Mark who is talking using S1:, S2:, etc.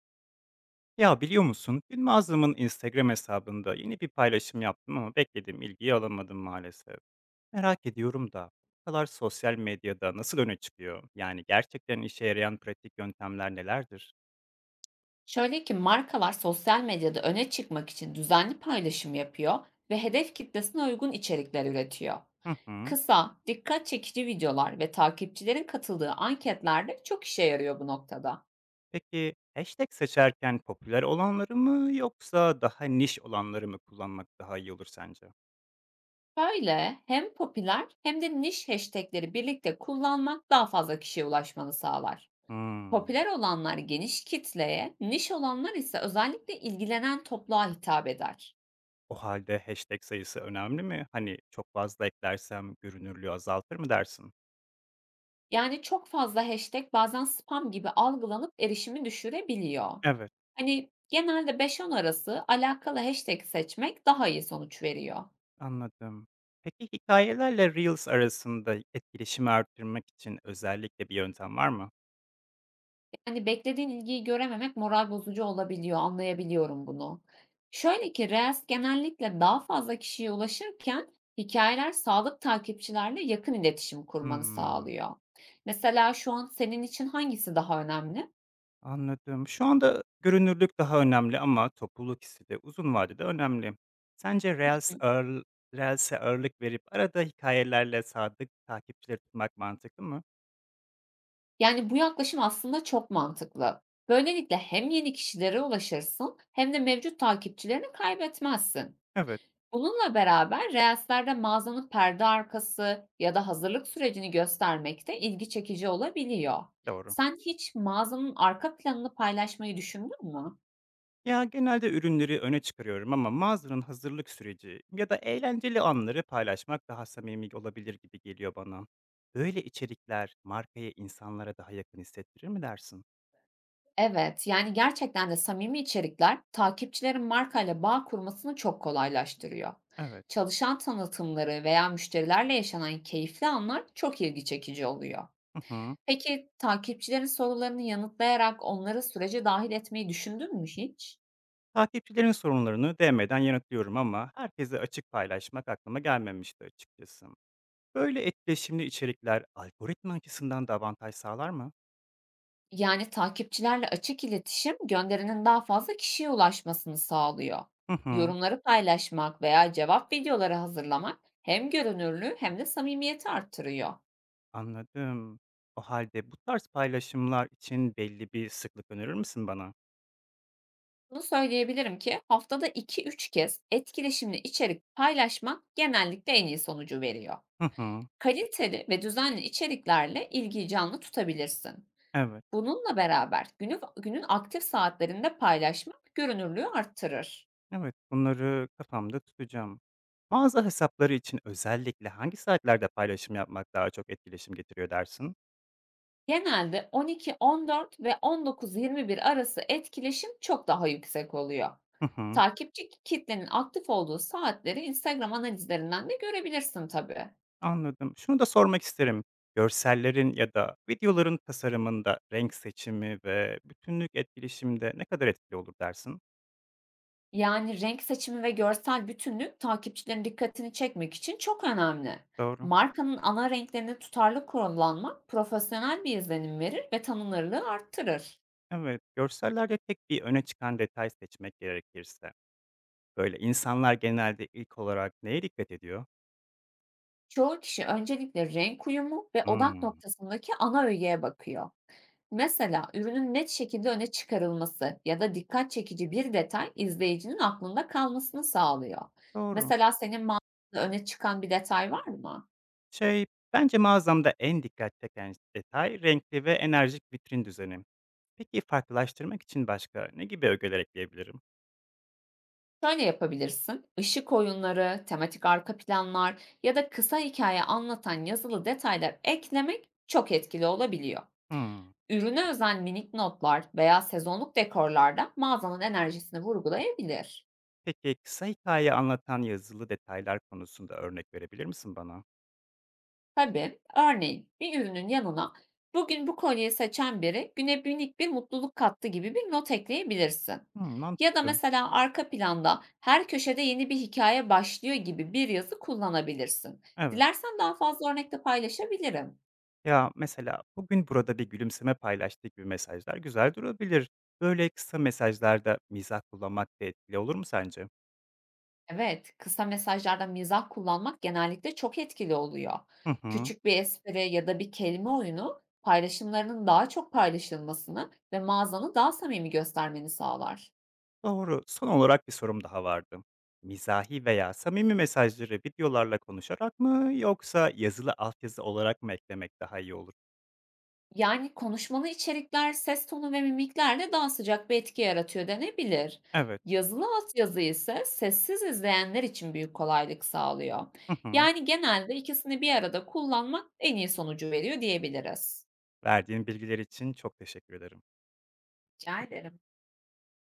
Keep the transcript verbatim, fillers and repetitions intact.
S1: Ya biliyor musun, dün mağazamın Instagram hesabında yeni bir paylaşım yaptım ama beklediğim ilgiyi alamadım maalesef. Merak ediyorum da, bu kadar sosyal medyada nasıl öne çıkıyor? Yani gerçekten işe yarayan pratik yöntemler nelerdir?
S2: Şöyle ki markalar sosyal medyada öne çıkmak için düzenli paylaşım yapıyor ve hedef kitlesine uygun içerikler üretiyor.
S1: Hı hı.
S2: Kısa, dikkat çekici videolar ve takipçilerin katıldığı anketlerde çok işe yarıyor bu noktada.
S1: Peki hashtag seçerken popüler olanları mı yoksa daha niş olanları mı kullanmak daha iyi olur sence?
S2: Böyle hem popüler hem de niş hashtagleri birlikte kullanmak daha fazla kişiye ulaşmanı sağlar.
S1: Hmm.
S2: Popüler olanlar geniş kitleye, niş olanlar ise özellikle ilgilenen topluğa hitap eder.
S1: O halde hashtag sayısı önemli mi? Hani çok fazla eklersem görünürlüğü azaltır mı dersin?
S2: Yani, çok fazla hashtag bazen spam gibi algılanıp erişimi düşürebiliyor.
S1: Evet.
S2: Hani, genelde beş on arası alakalı hashtag seçmek daha iyi sonuç veriyor.
S1: Anladım. Peki hikayelerle reels arasında etkileşimi arttırmak için özellikle bir yöntem var mı?
S2: Yani, beklediğin ilgiyi görememek moral bozucu olabiliyor, anlayabiliyorum bunu. Şöyle ki Reels genellikle daha fazla kişiye ulaşırken hikayeler sağlık takipçilerle yakın iletişim kurmanı
S1: Hımm,
S2: sağlıyor. Mesela şu an senin için hangisi daha önemli?
S1: anladım. Şu anda görünürlük daha önemli ama topluluk hissi de uzun vadede önemli. Sence reels ağırl reels'e ağırlık verip arada hikayelerle sadık takipçileri tutmak mantıklı mı?
S2: Yani, bu yaklaşım aslında çok mantıklı. Böylelikle hem yeni kişilere ulaşırsın hem de mevcut takipçilerini kaybetmezsin.
S1: Evet,
S2: Bununla beraber Reels'lerde mağazanın perde arkası ya da hazırlık sürecini göstermek de ilgi çekici olabiliyor.
S1: doğru.
S2: Sen hiç mağazanın arka planını paylaşmayı düşündün mü?
S1: Ya genelde ürünleri öne çıkarıyorum ama mağazanın hazırlık süreci ya da eğlenceli anları paylaşmak daha samimi olabilir gibi geliyor bana. Böyle içerikler markaya insanlara daha yakın hissettirir mi dersin?
S2: Evet, yani gerçekten de samimi içerikler takipçilerin markayla bağ kurmasını çok kolaylaştırıyor.
S1: Evet.
S2: Çalışan tanıtımları veya müşterilerle yaşanan keyifli anlar çok ilgi çekici oluyor.
S1: Hı hı.
S2: Peki takipçilerin sorularını yanıtlayarak onları sürece dahil etmeyi düşündün mü hiç?
S1: Takipçilerin sorunlarını D M'den yanıtlıyorum ama herkese açık paylaşmak aklıma gelmemişti açıkçası. Böyle etkileşimli içerikler algoritma açısından da avantaj sağlar mı?
S2: Yani takipçilerle açık iletişim gönderinin daha fazla kişiye ulaşmasını sağlıyor.
S1: Hı hı.
S2: Yorumları paylaşmak veya cevap videoları hazırlamak hem görünürlüğü hem de samimiyeti arttırıyor.
S1: Anladım. O halde bu tarz paylaşımlar için belli bir sıklık önerir misin bana?
S2: Bunu söyleyebilirim ki haftada iki üç kez etkileşimli içerik paylaşmak genellikle en iyi sonucu veriyor.
S1: Hı hı.
S2: Kaliteli ve düzenli içeriklerle ilgiyi canlı tutabilirsin.
S1: Evet,
S2: Bununla beraber günü, günün aktif saatlerinde paylaşmak görünürlüğü arttırır.
S1: evet. Bunları kafamda tutacağım. Mağaza hesapları için özellikle hangi saatlerde paylaşım yapmak daha çok etkileşim getiriyor dersin?
S2: Genelde on iki on dört ve on dokuz yirmi bir arası etkileşim çok daha yüksek oluyor.
S1: Hı hı,
S2: Takipçi kitlenin aktif olduğu saatleri Instagram analizlerinden de görebilirsin tabii.
S1: anladım. Şunu da sormak isterim. Görsellerin ya da videoların tasarımında renk seçimi ve bütünlük etkileşimde ne kadar etkili olur dersin?
S2: Yani renk seçimi ve görsel bütünlük takipçilerin dikkatini çekmek için çok önemli.
S1: Doğru.
S2: Markanın ana renklerini tutarlı kullanmak profesyonel bir izlenim verir ve tanınırlığı arttırır.
S1: Evet, görsellerde tek bir öne çıkan detay seçmek gerekirse, böyle insanlar genelde ilk olarak neye dikkat ediyor?
S2: Çoğu kişi öncelikle renk uyumu ve odak
S1: Hmm,
S2: noktasındaki ana öğeye bakıyor. Mesela ürünün net şekilde öne çıkarılması ya da dikkat çekici bir detay izleyicinin aklında kalmasını sağlıyor.
S1: doğru.
S2: Mesela senin mağazada öne çıkan bir detay var mı?
S1: Şey, bence mağazamda en dikkat çeken detay renkli ve enerjik vitrin düzeni. Peki farklılaştırmak için başka ne gibi ögeler ekleyebilirim?
S2: Şöyle yapabilirsin. Işık oyunları, tematik arka planlar ya da kısa hikaye anlatan yazılı detaylar eklemek çok etkili olabiliyor.
S1: Hmm.
S2: Ürüne özel minik notlar veya sezonluk dekorlarda mağazanın enerjisini vurgulayabilir.
S1: Peki kısa hikaye anlatan yazılı detaylar konusunda örnek verebilir misin bana?
S2: Tabii. Örneğin bir ürünün yanına "Bugün bu kolyeyi seçen biri güne minik bir mutluluk kattı." gibi bir not ekleyebilirsin.
S1: Hmm,
S2: Ya da
S1: mantıklı.
S2: mesela arka planda "Her köşede yeni bir hikaye başlıyor." gibi bir yazı kullanabilirsin.
S1: Evet.
S2: Dilersen daha fazla örnek de paylaşabilirim.
S1: Ya mesela bugün burada bir gülümseme paylaştığı gibi mesajlar güzel durabilir. Böyle kısa mesajlarda mizah kullanmak da etkili olur mu sence?
S2: Evet, kısa mesajlarda mizah kullanmak genellikle çok etkili oluyor.
S1: Hı hı.
S2: Küçük bir espri ya da bir kelime oyunu paylaşımlarının daha çok paylaşılmasını ve mağazanı daha samimi göstermeni sağlar.
S1: Doğru. Son olarak bir sorum daha vardı. Mizahi veya samimi mesajları videolarla konuşarak mı yoksa yazılı altyazı olarak mı eklemek daha iyi olur?
S2: Yani, konuşmalı içerikler, ses tonu ve mimiklerle daha sıcak bir etki yaratıyor denebilir.
S1: Evet.
S2: Yazılı altyazı ise sessiz izleyenler için büyük kolaylık sağlıyor.
S1: Hı hı.
S2: Yani genelde ikisini bir arada kullanmak en iyi sonucu veriyor diyebiliriz.
S1: Verdiğin bilgiler için çok teşekkür ederim.
S2: Rica ederim.